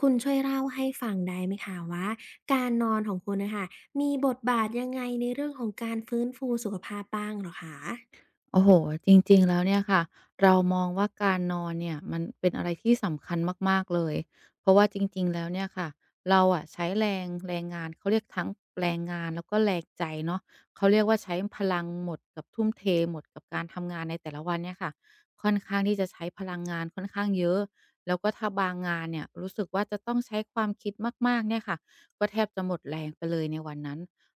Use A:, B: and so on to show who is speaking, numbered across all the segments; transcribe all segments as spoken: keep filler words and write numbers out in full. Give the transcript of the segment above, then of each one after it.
A: คุณช่วยเล่าให้ฟังได้ไหมคะว่าการนอนของคุณนะคะมีบทบาทยังไงในเรื่องของการฟื้นฟูสุขภาพบ้างเหรอคะ
B: โอ้โฮจริงๆแล้วเนี่ยค่ะเรามองว่าการนอนเนี่ยมันเป็นอะไรที่สำคัญมากๆเลยเพราะว่าจริงๆแล้วเนี่ยค่ะเราอะใช้แรงแรงงานเขาเรียกทั้งแรงงานแล้วก็แรงใจเนาะเขาเรียกว่าใช้พลังหมดกับทุ่มเทหมดกับการทำงานในแต่ละวันเนี่ยค่ะค่อนข้างที่จะใช้พลังงานค่อนข้างเยอะแล้วก็ถ้าบางงานเนี่ยรู้สึกว่าจะต้องใช้ความคิดมากๆเนี่ยค่ะก็แทบจะหมดแรงไปเลยในวันนั้น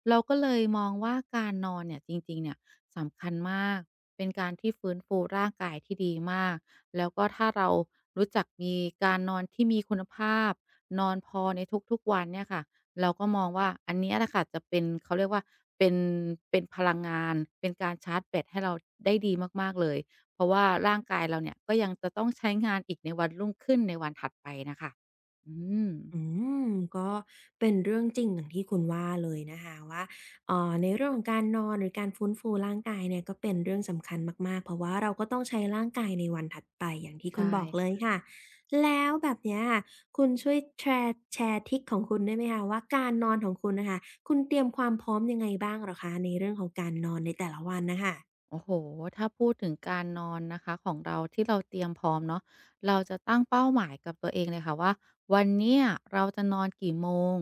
B: เราก็เลยมองว่าการนอนเนี่ยจริงๆเนี่ย สำคัญมาก เป็นการที่ฟื้นฟูร่างกายที่ดีมาก แล้วก็ถ้าเรารู้จักมีการนอนที่มีคุณภาพ นอนพอในทุกๆวันเนี่ยค่ะ เราก็มองว่าอันเนี้ยแหละค่ะจะเป็นเขาเรียกว่าเป็นเป็นพลังงานเป็นการชาร์จแบตให้เราได้ดีมากๆเลย เพราะว่าร่างกายเราเนี่ยก็ยังจะต้องใช้งานอีกในวันรุ่งขึ้นในวันถัดไปน่ะค่ะอืม
A: อืมก็เป็นเรื่องจริงอย่างที่คุณว่าเลยนะคะว่าเอ่อในเรื่องของการนอนหรือการฟื้นฟูร่างกายเนี่ยก็เป็นเรื่องสำคัญมากๆเพราะว่าเราก็ต้องใช้ร่างกายในวันถัดไปอย่างที่คุณ
B: ใช่
A: บอกเลยค่ะแล้วแบบเนี้ยคุณช่วยแชร์แชร์ทริคของคุณได้ไหมคะว่าการนอนของคุณนะคะคุณเตรียมความพร้อมยังไงบ้างเหรอคะในเรื่องของการนอนในแต่ละวันนะคะ
B: โอ้โหถ้าพูดถึงการนอนนะคะของเราที่เราเตรียมพร้อมเนาะเราจะตั้งเป้าหมายกับตัวเองเลยค่ะว่าวันเนี้ยเราจะนอนกี่โมง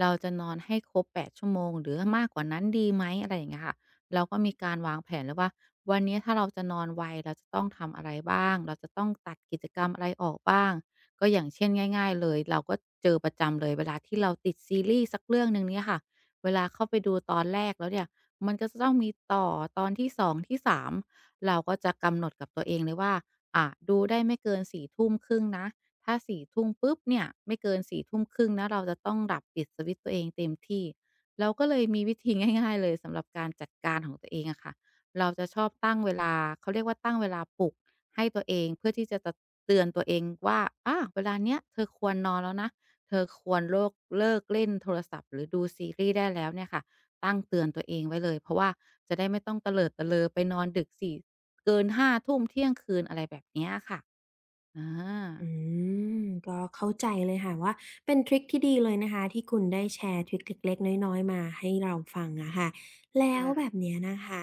B: เราจะนอนให้ครบ แปด ชั่วโมงหรือมากกว่านั้นดีไหมอะไรอย่างเงี้ยค่ะเราก็มีการวางแผนเลยว่าวันนี้ถ้าเราจะนอนไวเราจะต้องทำอะไรบ้าง เราจะต้องตัดกิจกรรมอะไรออกบ้างก็อย่างเช่นง่ายๆเลยเราก็เจอประจำเลยเวลาที่เราติดซีรีส์สักเรื่องหนึ่งเนี่ยค่ะ เวลาเข้าไปดูตอนแรกแล้วเนี่ย มันก็จะต้องมีต่อตอนที่สองที่สามเราก็จะกำหนดกับตัวเองเลยว่าอ่ะดูได้ไม่เกินสี่ทุ่มครึ่งนะถ้าสี่ทุ่มปุ๊บเนี่ยไม่เกินสี่ทุ่มครึ่งนะเราจะต้องหับปิดสวิตช์ตัวเองเต็มที่เราก็เลยมีวิธีง่ายๆเลยสำหรับการจัดการของตัวเองอะค่ะเราจะชอบตั้งเวลาเขาเรียกว่าตั้งเวลาปลุกให้ตัวเองเพื่อที่จะเตือนตัวเองว่าอะเวลาเนี้ยเธอควรนอนแล้วนะเธอควรเลกเลิกเล่นโทรศัพท์หรือดูซีรีส์ได้แล้วเนี่ยค่ะ ตั้งเตือนตัวเองไว้เลยเพราะว่าจะได้ไม่ต้องเตลิดเตลอไปนอนดึกสี่เกินห้าทุ่มเที่ยงคืนอะไรแบบเนี้ยค่ะอา
A: อืมก็เข้าใจเลยค่ะว่าเป็นทริคที่ดีเลยนะคะที่คุณได้แชร์ทริกเล็กๆน้อยๆมาให้เราฟังอะค่ะแล้วแบบเนี้ยนะคะ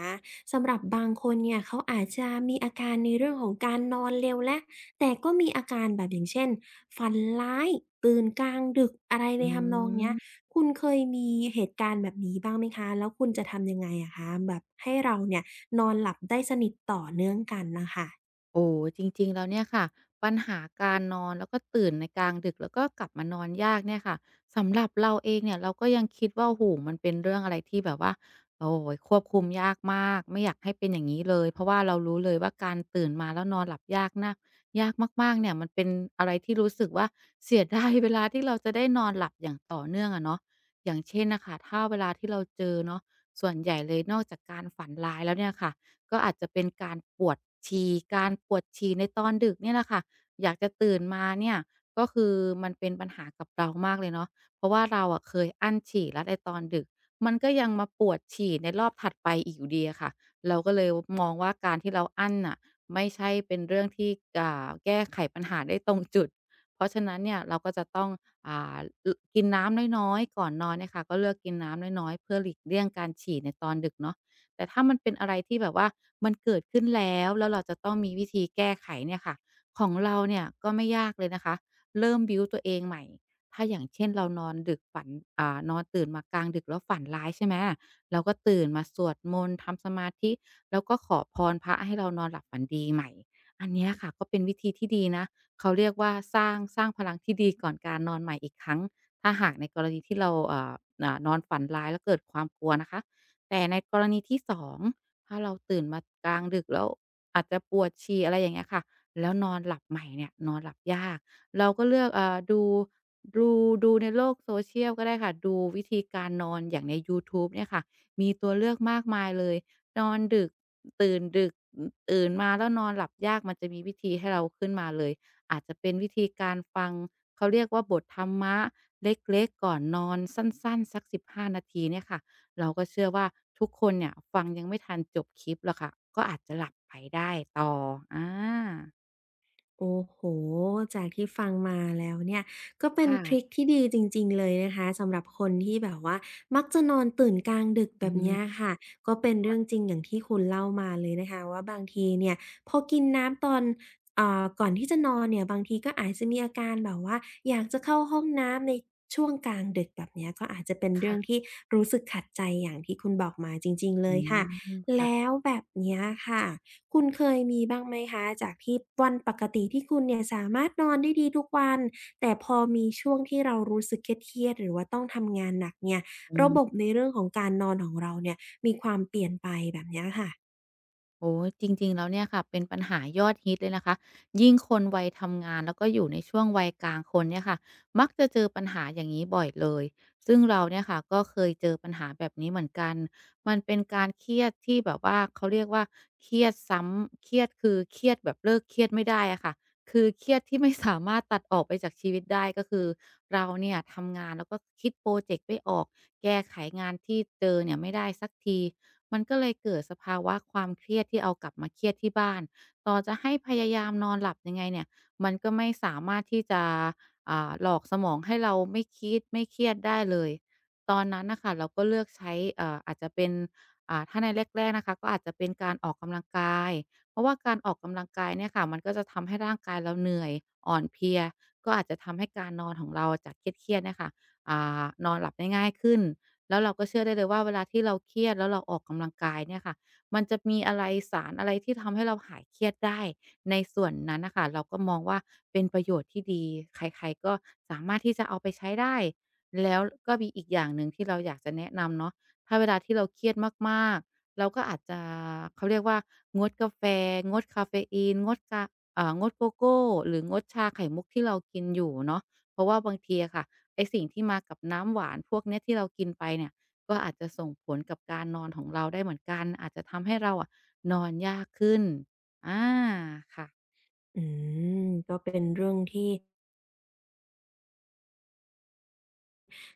A: สำหรับบางคนเนี่ยเขาอาจจะมีอาการในเรื่องของการนอนเร็วและแต่ก็มีอาการแบบอย่างเช่นฝันร้ายตื่นกลางดึกอะไรใน
B: อื
A: ทำนองเนี้ย
B: ม
A: คุณเคยมีเหตุการณ์แบบนี้บ้างไหมคะแล้วคุณจะทำยังไงอะคะแบบให้เราเนี่ยนอนหลับได้สนิทต่อเนื่องกันน่ะค่ะ
B: โอ้จริงๆแล้วเนี่ยค่ะปัญหาการนอนแล้วก็ตื่นในกลางดึกแล้วก็กลับมานอนยากเนี่ยค่ะสำหรับเราเองเนี่ยเราก็ยังคิดว่าโอ้โฮมันเป็นเรื่องอะไรที่แบบว่าโอ้โฮควบคุมยากมากไม่อยากให้เป็นอย่างงี้เลยเพราะว่าเรารู้เลยว่าการตื่นมาแล้วนอนหลับยากนะยากมากๆเนี่ยมันเป็นอะไรที่รู้สึกว่าเสียดายเวลาที่เราจะได้นอนหลับอย่างต่อเนื่องอะเนาะอย่างเช่นน่ะค่ะถ้าเวลาที่เราเจอเนาะส่วนใหญ่เลยนอกจากการฝันร้ายแล้วเนี่ยค่ะ ก็อาจจะเป็นการปวดฉี่การปวดฉี่ในตอนดึกเนี่ยแหละค่ะอยากจะตื่นมาเนี่ยก็คือมันเป็นปัญหากับเรามากเลยเนาะเพราะว่าเราอะเคยอั้นฉี่แล้วในตอนดึกมันก็ยังมาปวดฉี่ในรอบถัดไปอีกอยู่ดีอะค่ะเราก็เลยมองว่าการที่เราอั้นน่ะไม่ใช่เป็นเรื่องที่อ่าแก้ไขปัญหาได้ตรงจุดเพราะฉะนั้นเนี่ยเราก็จะต้องอ่าลกินน้ำน้อยๆก่อนนอนเนี่ยค่ะก็เลือกกินน้ำน้อยๆเพื่อหลีกเลี่ยงการฉี่ในตอนดึกเนาะ แต่ถ้ามันเป็นอะไรที่แบบว่ามันเกิดขึ้นแล้วแล้วเราจะต้องมีวิธีแก้ไขเนี่ยค่ะของเราเนี่ยก็ไม่ยากเลยนะคะเริ่มบิลต์ตัวเองใหม่ถ้าอย่างเช่นเรานอนดึกฝันอ่านอนตื่นมากลางดึกแล้วฝันร้ายใช่ไหมเราก็ตื่นมาสวดมนต์ทำสมาธิแล้วก็ขอพรพระให้เรานอนหลับฝันดีใหม่อันเนี้ยค่ะก็เป็นวิธีที่ดีนะเขาเรียกว่าสร้างสร้างพลังที่ดีก่อนการนอนใหม่อีกครั้งถ้าหากในกรณีที่เราเอ่ออ่านอนฝันร้ายแล้วเกิดความกลัวนะคะ แต่ในกรณีที่สองถ้าเราตื่นมากลางดึกแล้วอาจจะปวดฉี่อะไรอย่างเงี้ยค่ะแล้วนอนหลับใหม่เนี่ยนอนหลับยากเราก็เลือกเอ่อดูดูดูในโลก social ก็ได้ค่ะ ดูวิธีการนอนอย่างในยูทูบเนี่ยค่ะมีตัวเลือกมากมายเลย นอนดึกตื่นดึกอือตื่นมาแล้วนอนหลับยากมันจะมีวิธีให้เราขึ้นมาเลยอาจจะเป็นวิธีการฟังเขาเรียกว่าบทธรรมะเล็กๆก่อนนอนสั้นๆสักหนึ่งานาทีเนี่ยค่ะ เราก็เชื่อว่าทุกคนเนี่ยฟังยังไม่ทันจบคลิปหรอกค่ะก็อาจจะหลับไปได้ต่ออา
A: โอ้โหจากที่ฟังมาแล้วเนี่ยก็เป็นทริค
B: ค่ะ
A: ที่ดีจริงๆเลยนะคะสำหรับคนที่แบบว่ามักจะนอนตื่นกลางดึกแบ
B: อื
A: บเนี้ย
B: ม
A: ค่ะก็เป็นเรื่องจริงอย่างที่คุณเล่ามาเลยนะคะว่าบางทีเนี่ยพอกินน้ำตอนเอ่าก่อนที่จะนอนเนี่ยบางทีก็อาจจะมีอาการแบบว่าอยากจะเข้าห้องน้ำในช่วงกลางดึกแบบเนี้ยก็อาจจะเป็นเรื่อง
B: ค่ะ
A: ที่รู้สึกขัดใจอย่างที่คุณบอกมาจริงๆเล
B: อื
A: ยค่ะ
B: ม
A: แล้
B: ค่ะ
A: วแบบเนี้ยค่ะ คุณเคยมีบ้างไหมคะจากที่วันปกติที่คุณเนี่ยสามารถนอนได้ดีทุกวันแต่พอมีช่วงที่เรารู้สึกเครียดๆหรือว่าต้องทำงานหนักเนี่ย
B: อื
A: ระบบ
B: ม
A: ในเรื่องของการนอนของเราเนี่ยมีความเปลี่ยนไปแบบเนี้ยค่ะ
B: โอ้จริงๆแล้วเนี่ยค่ะเป็นปัญหายอดฮิตเลยนะคะยิ่งคนวัยทำงานแล้วก็อยู่ในช่วงวัยกลางคนเนี่ยค่ะมักจะเจอปัญหาอย่างนี้บ่อยเลยซึ่งเราเนี่ยค่ะก็เคยเจอปัญหาแบบนี้เหมือนกันมันเป็นการเครียดที่แบบว่าเขาเรียกว่าเครียดซ้ำเครียดคือเครียดแบบเลิกเครียดไม่ได้อะค่ะคือเครียดที่ไม่สามารถตัดออกไปจากชีวิตได้ก็คือเราเนี่ยทำงานแล้วก็คิดโปรเจกต์ไม่ออก แก้ไขงานที่เจอเนี่ยไม่ได้สักทีมันก็เลยเกิดสภาวะความเครียดที่เอากลับมาเครียดที่บ้านต่อจะให้พยายามนอนหลับยังไงเนี่ย มันก็ไม่สามารถที่จะอ่าหลอกสมองให้เราไม่คิดไม่เครียดได้เลย ตอนนั้นน่ะค่ะเราก็เลือกใช้เอ่ออาจจะเป็นอ่าถ้าในแรกๆนะคะก็อาจจะเป็นการออกกำลังกาย เพราะว่าการออกกำลังกายเนี่ยค่ะมันก็จะทำให้ร่างกายเราเหนื่อยอ่อนเพลียก็อาจจะทำให้การนอนของเราจากเครียดๆเนี่ยค่ะ อ่านอนหลับได้ง่ายขึ้นแล้วเราก็เชื่อได้เลยว่าเวลาที่เราเครียดแล้วเราออกกำลังกายเนี่ยค่ะมันจะมีอะไรสารอะไรที่ทำให้เราหายเครียดได้ในส่วนนั้นนะคะเราก็มองว่าเป็นประโยชน์ที่ดีใครๆก็สามารถที่จะเอาไปใช้ได้แล้วก็มีอีกอย่างหนึ่งที่เราอยากจะแนะนำเนาะถ้าเวลาที่เราเครียดมากๆเราก็อาจจะเขาเรียกว่างดกาแฟงดคาเฟอีนงดกาเอ่างดโกโก้หรืองดชาไข่มุกที่เรากินอยู่เนาะเพราะว่าบางทีอะค่ะ ไอ้สิ่งที่มากับน้ำหวานพวกเนี้ยที่เรากินไปเนี่ยก็อาจจะส่งผลกับการนอนของเราได้เหมือนกันอาจจะทำให้เราอะนอนยากขึ้นอาค่ะ
A: อืมก็เป็นเรื่องที่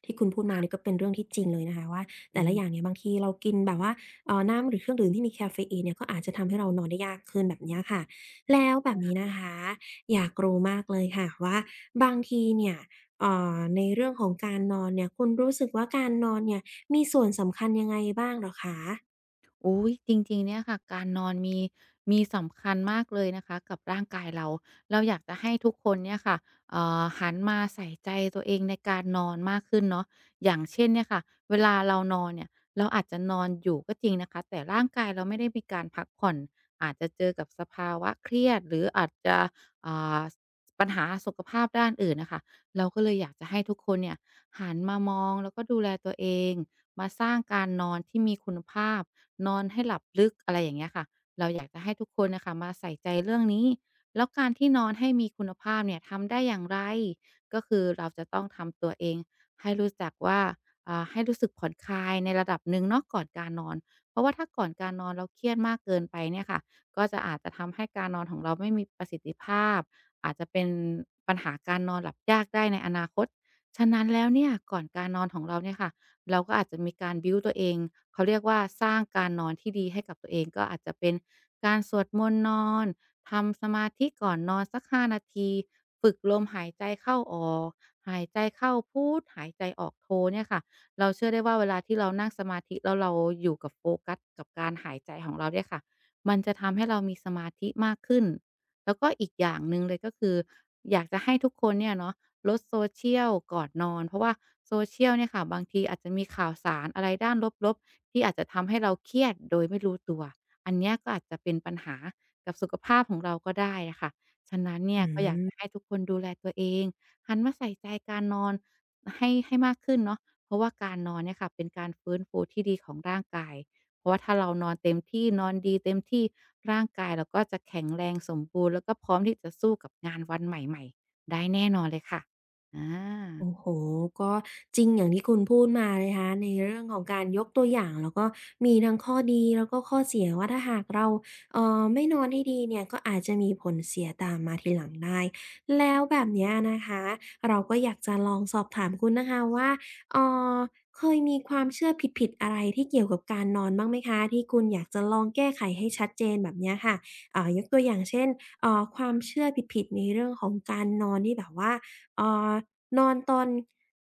A: ที่คุณพูดมาเนี่ยก็เป็นเรื่องที่จริงเลยนะคะว่า
B: อื
A: แต่ละอ
B: ม
A: ย่างเนี่ยบางทีเรากินแบบว่าเอ่อน้ำหรือเครื่องดื่มที่มีกาเฟอีนเนี่ยก็อาจจะทำให้เรานอนได้ยากขึ้นแบบเนี้ยค่ะแล้วแบบนี้
B: ค่ะ
A: นะคะอยากรู้มากเลยค่ะว่าบางทีเนี่ยเอ่อในเรื่องของการนอนเนี่ยคุณรู้สึกว่าการนอนเนี่ยมีส่วนสำคัญยังไงบ้างเหรอคะ
B: อุ๊ยจริงๆเนี่ยค่ะการนอนมีมีสำคัญมากเลยนะคะกับร่างกายเราเราอยากจะให้ทุกคนเนี่ยค่ะเอ่อหันมาใส่ใจตัวเองในการนอนมากขึ้นเนาะอย่างเช่นเนี่ยค่ะเวลาเรานอนเนี่ยเราอาจจะนอนอยู่ก็จริงนะคะแต่ร่างกายเราไม่ได้มีการพักผ่อนอาจจะเจอกับสภาวะเครียดหรืออาจจะอ่าปัญหาสุขภาพด้านอื่นน่ะค่ะเราก็เลยอยากจะให้ทุกคนเนี่ยหันมามองแล้วก็ดูแลตัวเอง มาสร้างการนอนที่มีคุณภาพนอนให้หลับลึกอะไรอย่างเงี้ยค่ะเราอยากจะให้ทุกคนน่ะค่ะมาใส่ใจเรื่องนี้แล้วการที่นอนให้มีคุณภาพเนี่ยทำได้อย่างไรก็คือเราจะต้องทำตัวเองให้รู้จักว่าอ่าให้รู้สึกผ่อนคลายในระดับหนึ่งเนาะก่อนการนอนเพราะว่าถ้าก่อนการนอนเราเครียดมากเกินไปเนี่ยค่ะก็จะอาจจะทำให้การนอนของเราไม่มีประสิทธิภาพอาจจะเป็นปัญหาการนอนหลับยากได้ในอนาคตฉะนั้นแล้วเนี่ยก่อนการนอนของเราเนี่ยค่ะ เราก็อาจจะมีการบิวตัวเอง เขาเรียกว่าสร้างการนอนที่ดีให้กับตัวเองก็อาจจะเป็นการสวดมนต์นอน ทำสมาธิก่อนนอนสักห้านาทีฝึกลมหายใจเข้าออกหายใจเข้าพูดหายใจออกโทเนี่ยค่ะ เราเชื่อได้ว่าเวลาที่เรานั่งสมาธิแล้วเราอยู่กับโฟกัสกับการหายใจของเราเนี่ยค่ะ มันจะทำให้เรามีสมาธิมากขึ้นแล้วก็อีกอย่างหนึ่งเลยก็คืออยากจะให้ทุกคนเนี่ยเนาะ ลดโซเชียลก่อนนอนเพราะว่าโซเชี เอ แอล เนี่ยค่ะบางทีอาจจะมีข่าวสารอะไรด้านลบๆที่อาจจะทำให้เราเครียดโดยไม่รู้ตัวอันเนี้ยก็อาจจะเป็นปัญหากับสุขภาพของเราก็ได้อะค่ะฉะนั้นเนี่
A: อื
B: ยก็อยากจะ
A: ม
B: ให้ทุกคนดูแลตัวเองหันมาใส่ใจการนอนให้ให้มากขึ้นเนาะเพราะว่าการนอนเนี่ยค่ะเป็นการฟื้นฟูที่ดีของร่างกายเพราะว่าถ้าเรานอนเต็มที่นอนดีเต็มที่ร่างกายเราก็จะแข็งแรงสมบูรณ์แล้วก็พร้อมที่จะสู้กับงานวันใหม่ๆได้แน่นอนเลยค่ะ อา
A: โอ้โฮก็จริงอย่างที่คุณพูดมาเลยนะคะในเรื่องของการยกตัวอย่างแล้วก็มีทั้งข้อดีแล้วก็ข้อเสียว่าถ้าหากเราเอ่อไม่นอนให้ดีเนี่ยก็อาจจะมีผลเสียตามมาทีหลังได้แล้วแบบเนี้ยนะคะเราก็อยากจะลองสอบถามคุณนะคะว่าเอ่อเคยมีความเชื่อผิดๆอะไรที่เกี่ยวกับการนอนบ้างไหมคะที่คุณอยากจะลองแก้ไขให้ชัดเจนแบบเนี้ยค่ะอ่ายกตัวอย่างเช่นเอ่อความเชื่อผิดๆในเรื่องของการนอนที่แบบว่าเอ่อ นอนตอน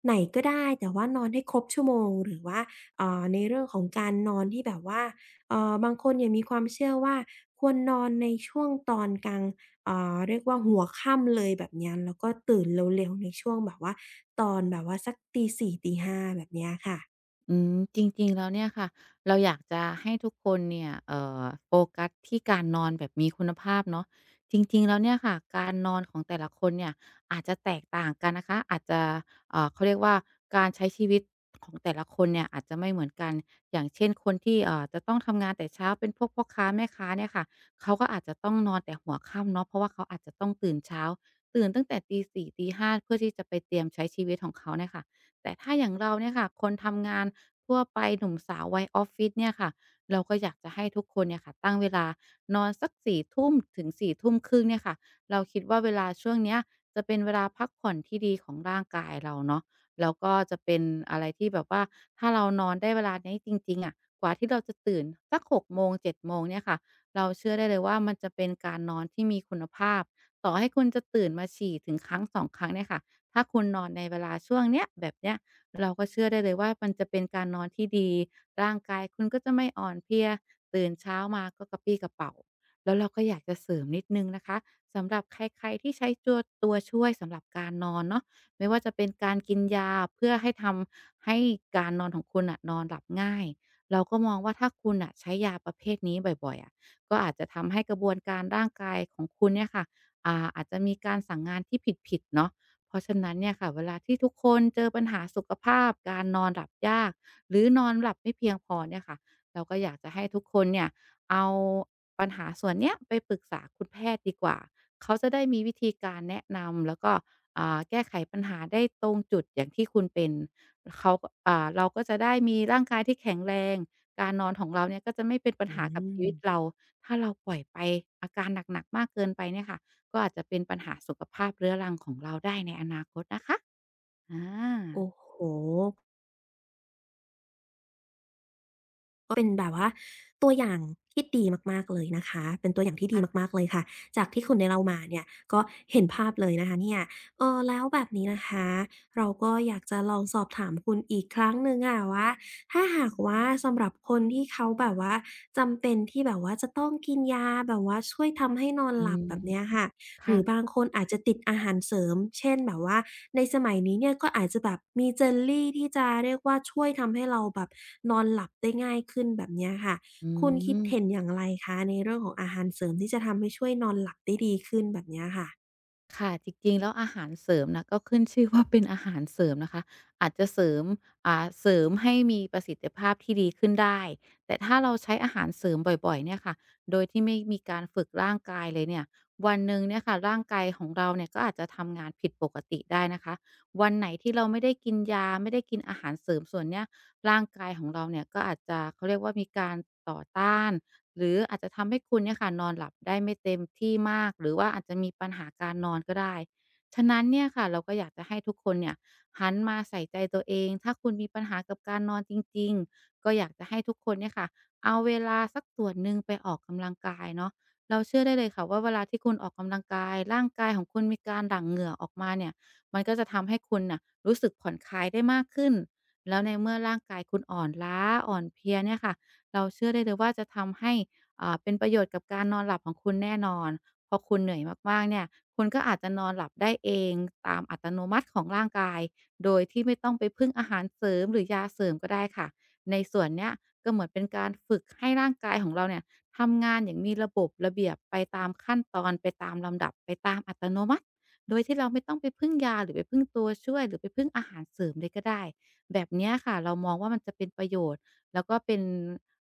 A: ไหนก็ได้แต่ว่านอนให้ครบชั่วโมงหรือว่าเอ่าในเรื่องของการนอนที่แบบว่าเอ่อบางคนเนี่ยมีความเชื่อว่าควรนอนในช่วงตอนกลางเอ่าเรียกว่าหัวค่ำเลยแบบเนี้ยแล้วก็ตื่นเร็วๆในช่วงแบบว่าตอนแบบว่าสักตีสี่ตีห้าแบบเนี้ยค่ะ
B: อืมจริงๆแล้วเนี่ยค่ะเราอยากจะให้ทุกคนเนี่ยเอ่อโฟกัสที่การนอนแบบมีคุณภาพเนาะจริงๆแล้วเนี่ยค่ะ การนอนของแต่ละคนเนี่ยอาจจะแตกต่างกันนะคะ อาจจะเอ่อเขาเรียกว่าการใช้ชีวิตของแต่ละคนเนี่ยอาจจะไม่เหมือนกันอย่างเช่นคนที่เอ่อจะต้องทำงานแต่เช้าเป็นพวกพ่อค้าแม่ค้าเนี่ยค่ะ เขาก็อาจจะต้องนอนแต่หัวค่ำเนาะเพราะว่าเขาอาจจะต้องตื่นเช้าตื่นตั้งแต่ตีสี่ตีห้าเพื่อที่จะไปเตรียมใช้ชีวิตของเขาเนี่ยค่ะ แต่ถ้าอย่างเราเนี่ยค่ะคนทำงานทั่วไปหนุ่มสาววัยออฟฟิศเนี่ยค่ะเราก็อยากจะให้ทุกคนเนี่ยค่ะตั้งเวลานอนสักสี่ทุ่มถึงสี่ทุ่มครึ่งเนี่ยค่ะเราคิดว่าเวลาช่วงเนี้ยจะเป็นเวลาพักผ่อนที่ดีของร่างกายเราเนาะแล้วก็จะเป็นอะไรที่แบบว่าถ้าเรานอนได้เวลานี้จริงๆอะกว่าที่เราจะตื่นสักหกโมงเจ็ดโมงเนี่ยค่ะเราเชื่อได้เลยว่ามันจะเป็นการนอนที่มีคุณภาพต่อให้คุณจะตื่นมาฉี่ถึงครั้งสองครั้งเนี่ยค่ะ ถ้าคุณนอนในเวลาช่วงเนี้ยแบบเนี้ยเราก็เชื่อได้เลยว่ามันจะเป็นการนอนที่ดีร่างกายคุณก็จะไม่อ่อนเพลียตื่นเช้ามาก็กระปรี้กระเปร่าแล้วเราก็อยากจะเสริมนิดหนึ่งนะคะสำหรับใครๆที่ใช้จัวตัวช่วยสำหรับการนอนเนาะไม่ว่าจะเป็นการกินยาเพื่อให้ทำให้การนอนของคุณน่ะนอนหลับง่ายเราก็มองว่าถ้าคุณน่ะใช้ยาประเภทนี้บ่อยๆอะก็อาจจะทำให้กระบวนการร่างกายของคุณเนี่ยค่ะอ่าอาจจะมีการสั่งงานที่ผิดๆเนาะ เพราะฉะนั้นเนี่ยค่ะเวลาที่ทุกคนเจอปัญหาสุขภาพการนอนหลับยากหรือนอนหลับไม่เพียงพอเนี่ยค่ะเราก็อยากจะให้ทุกคนเนี่ยเอาปัญหาส่วนเนี้ยไปปรึกษาคุณแพทย์ดีกว่าเขาจะได้มีวิธีการแนะนำแล้วก็อ่าแก้ไขปัญหาได้ตรงจุดอย่างที่คุณเป็นเขาอ่าเราก็จะได้มีร่างกายที่แข็งแรงการนอนของเราเนี่ยก็จะไม่เป็นปัญ
A: อื
B: หากับชี
A: ม
B: วิตเราถ้าเราปล่อยไปอาการหนักๆมากเกินไปเนี่ยค่ะ ก็อาจจะเป็นปัญหาสุขภาพเรื้อรังของเราได้ในอนาคตนะคะอา
A: โอ้โฮ ก็เป็นแบบว่าตัวอย่างที่ดีมากๆเลยนะคะเป็นตัวอย่างที่ดี
B: ค่ะ
A: มากๆเลยค่ะจากที่คุณได้เล่ามาเนี่ยก็เห็นภาพเลยนะคะเนี่ยเออแล้วแบบนี้นะคะเราก็อยากจะลองสอบถามคุณอีกครั้งหนึ่งค่ะว่าถ้าหากว่าสำหรับคนที่เขาแบบว่าจำเป็นที่แบบว่าจะต้องกินยาแบบว่าช่วยทำให้นอน
B: อื
A: หลับ
B: ม
A: แบบเนี้ยค่ะ หรือบา
B: ค่ะ
A: งคนอาจจะติดอาหารเสริม เช่นแบบว่าในสมัยนี้เนี่ยก็อาจจะแบบมีเจลลีที่จะเรียกว่าช่วยทำให้เราแบบนอนหลับได้ง่ายขึ้นแบบเนี้ยค่ะ
B: อื
A: คุณคิด
B: ม
A: เห็นอย่างไรคะในเรื่องของอาหารเสริมที่จะทำให้ช่วยนอนหลับได้ดีขึ้นแบบเนี้ยค่ะ
B: ค่ะจริงๆแล้วอาหารเสริมนะก็ขึ้นชื่อว่าเป็นอาหารเสริมนะคะอาจจะเสริมอ่าเสริมให้มีประสิทธิภาพที่ดีขึ้นได้แต่ถ้าเราใช้อาหารเสริมบ่อยๆเนี่ยค่ะโดยที่ไม่มีการฝึกร่างกายเลยเนี่ยวันหนึ่งเนี่ยค่ะร่างกายของเราเนี่ยก็อาจจะทำงานผิดปกติได้นะคะวันไหนที่เราไม่ได้กินยาไม่ได้กินอาหารเสริมส่วนเนี้ยร่างกายของเราเนี่ยก็อาจจะเขาเรียกว่ามีการต่อต้าน หรืออาจจะทำให้คุณเนี่ยค่ะนอนหลับได้ไม่เต็มที่มากหรือว่าอาจจะมีปัญหาการนอนก็ได้ฉะนั้นเนี่ยค่ะเราก็อยากจะให้ทุกคนเนี่ยหันมาใส่ใจตัวเองถ้าคุณมีปัญหากับการนอนจริงๆก็อยากจะให้ทุกคนเนี่ยค่ะเอาเวลาสักส่วนหนึ่งไปออกกำลังกายเนาะเราเชื่อได้เลยค่ะว่าเวลาที่คุณออกกำลังกายร่างกายของคุณมีการหลั่งเหงื่อออกมาเนี่ยมันก็จะทำให้คุณน่ะรู้สึกผ่อนคลายได้มากขึ้นแล้วในเมื่อร่างกายคุณอ่อนล้าอ่อนเพลียเนี่ยค่ะ เราเชื่อได้เลยว่าจะทำให้อ่าเป็นประโยชน์กับการนอนหลับของคุณแน่นอนพอคุณเหนื่อยมากๆเนี่ยคุณก็อาจจะนอนหลับได้เองตามอัตโนมัติของร่างกายโดยที่ไม่ต้องไปพึ่งอาหารเสริมหรือยาเสริมก็ได้ค่ะในส่วนเนี้ยก็เหมือนเป็นการฝึกให้ร่างกายของเราเนี่ยทำงานอย่างมีระบบระเบียบไปตามขั้นตอนไปตามลำดับไปตามอัตโนมัติโดยที่เราไม่ต้องไปพึ่งยาหรือไปพึ่งตัวช่วยหรือไปพึ่งอาหารเสริมเลยก็ได้แบบเนี้ยค่ะเรามองว่ามันจะเป็นประโยชน์ แล้วก็เป็น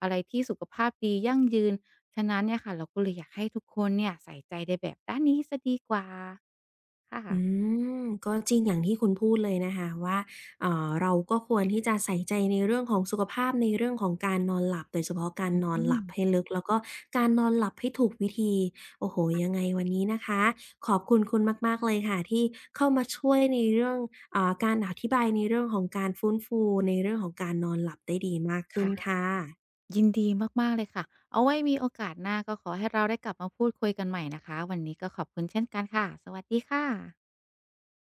B: อะไรที่สุขภาพดียั่งยืน ฉะนั้นเนี่ยค่ะเราก็เลยอยากให้ทุกคนเนี่ยใส่ใจในแบบด้านนี้เสียดีกว่าค่ะ
A: อืมก็จริงอย่างที่คุณพูดเลยนะคะว่าเอ่อเราก็ควรที่จะใส่ใจในเรื่องของสุขภาพในเรื่องของการนอนหลับโดยเฉพาะการนอน
B: อื
A: ห
B: ม
A: ลับให้ลึกแล้วก็การนอนหลับให้ถูกวิธีโอ้โฮยังไงวันนี้นะคะขอบคุณคุณมากๆเลยค่ะที่เข้ามาช่วยในเรื่องอ่าการอธิบายในเรื่องของการฟื้นฟูในเรื่องของการนอนหลับได้ดีมากขึ้น
B: ค่ะ
A: ค่ะ
B: ยินดีมากๆเลยค่ะเอาไว้มีโอกาสหน้าก็ขอให้เราได้กลับมาพูดคุยกันใหม่นะคะวันนี้ก็ขอบคุณเช่นกันค่ะสวัสดีค่ะ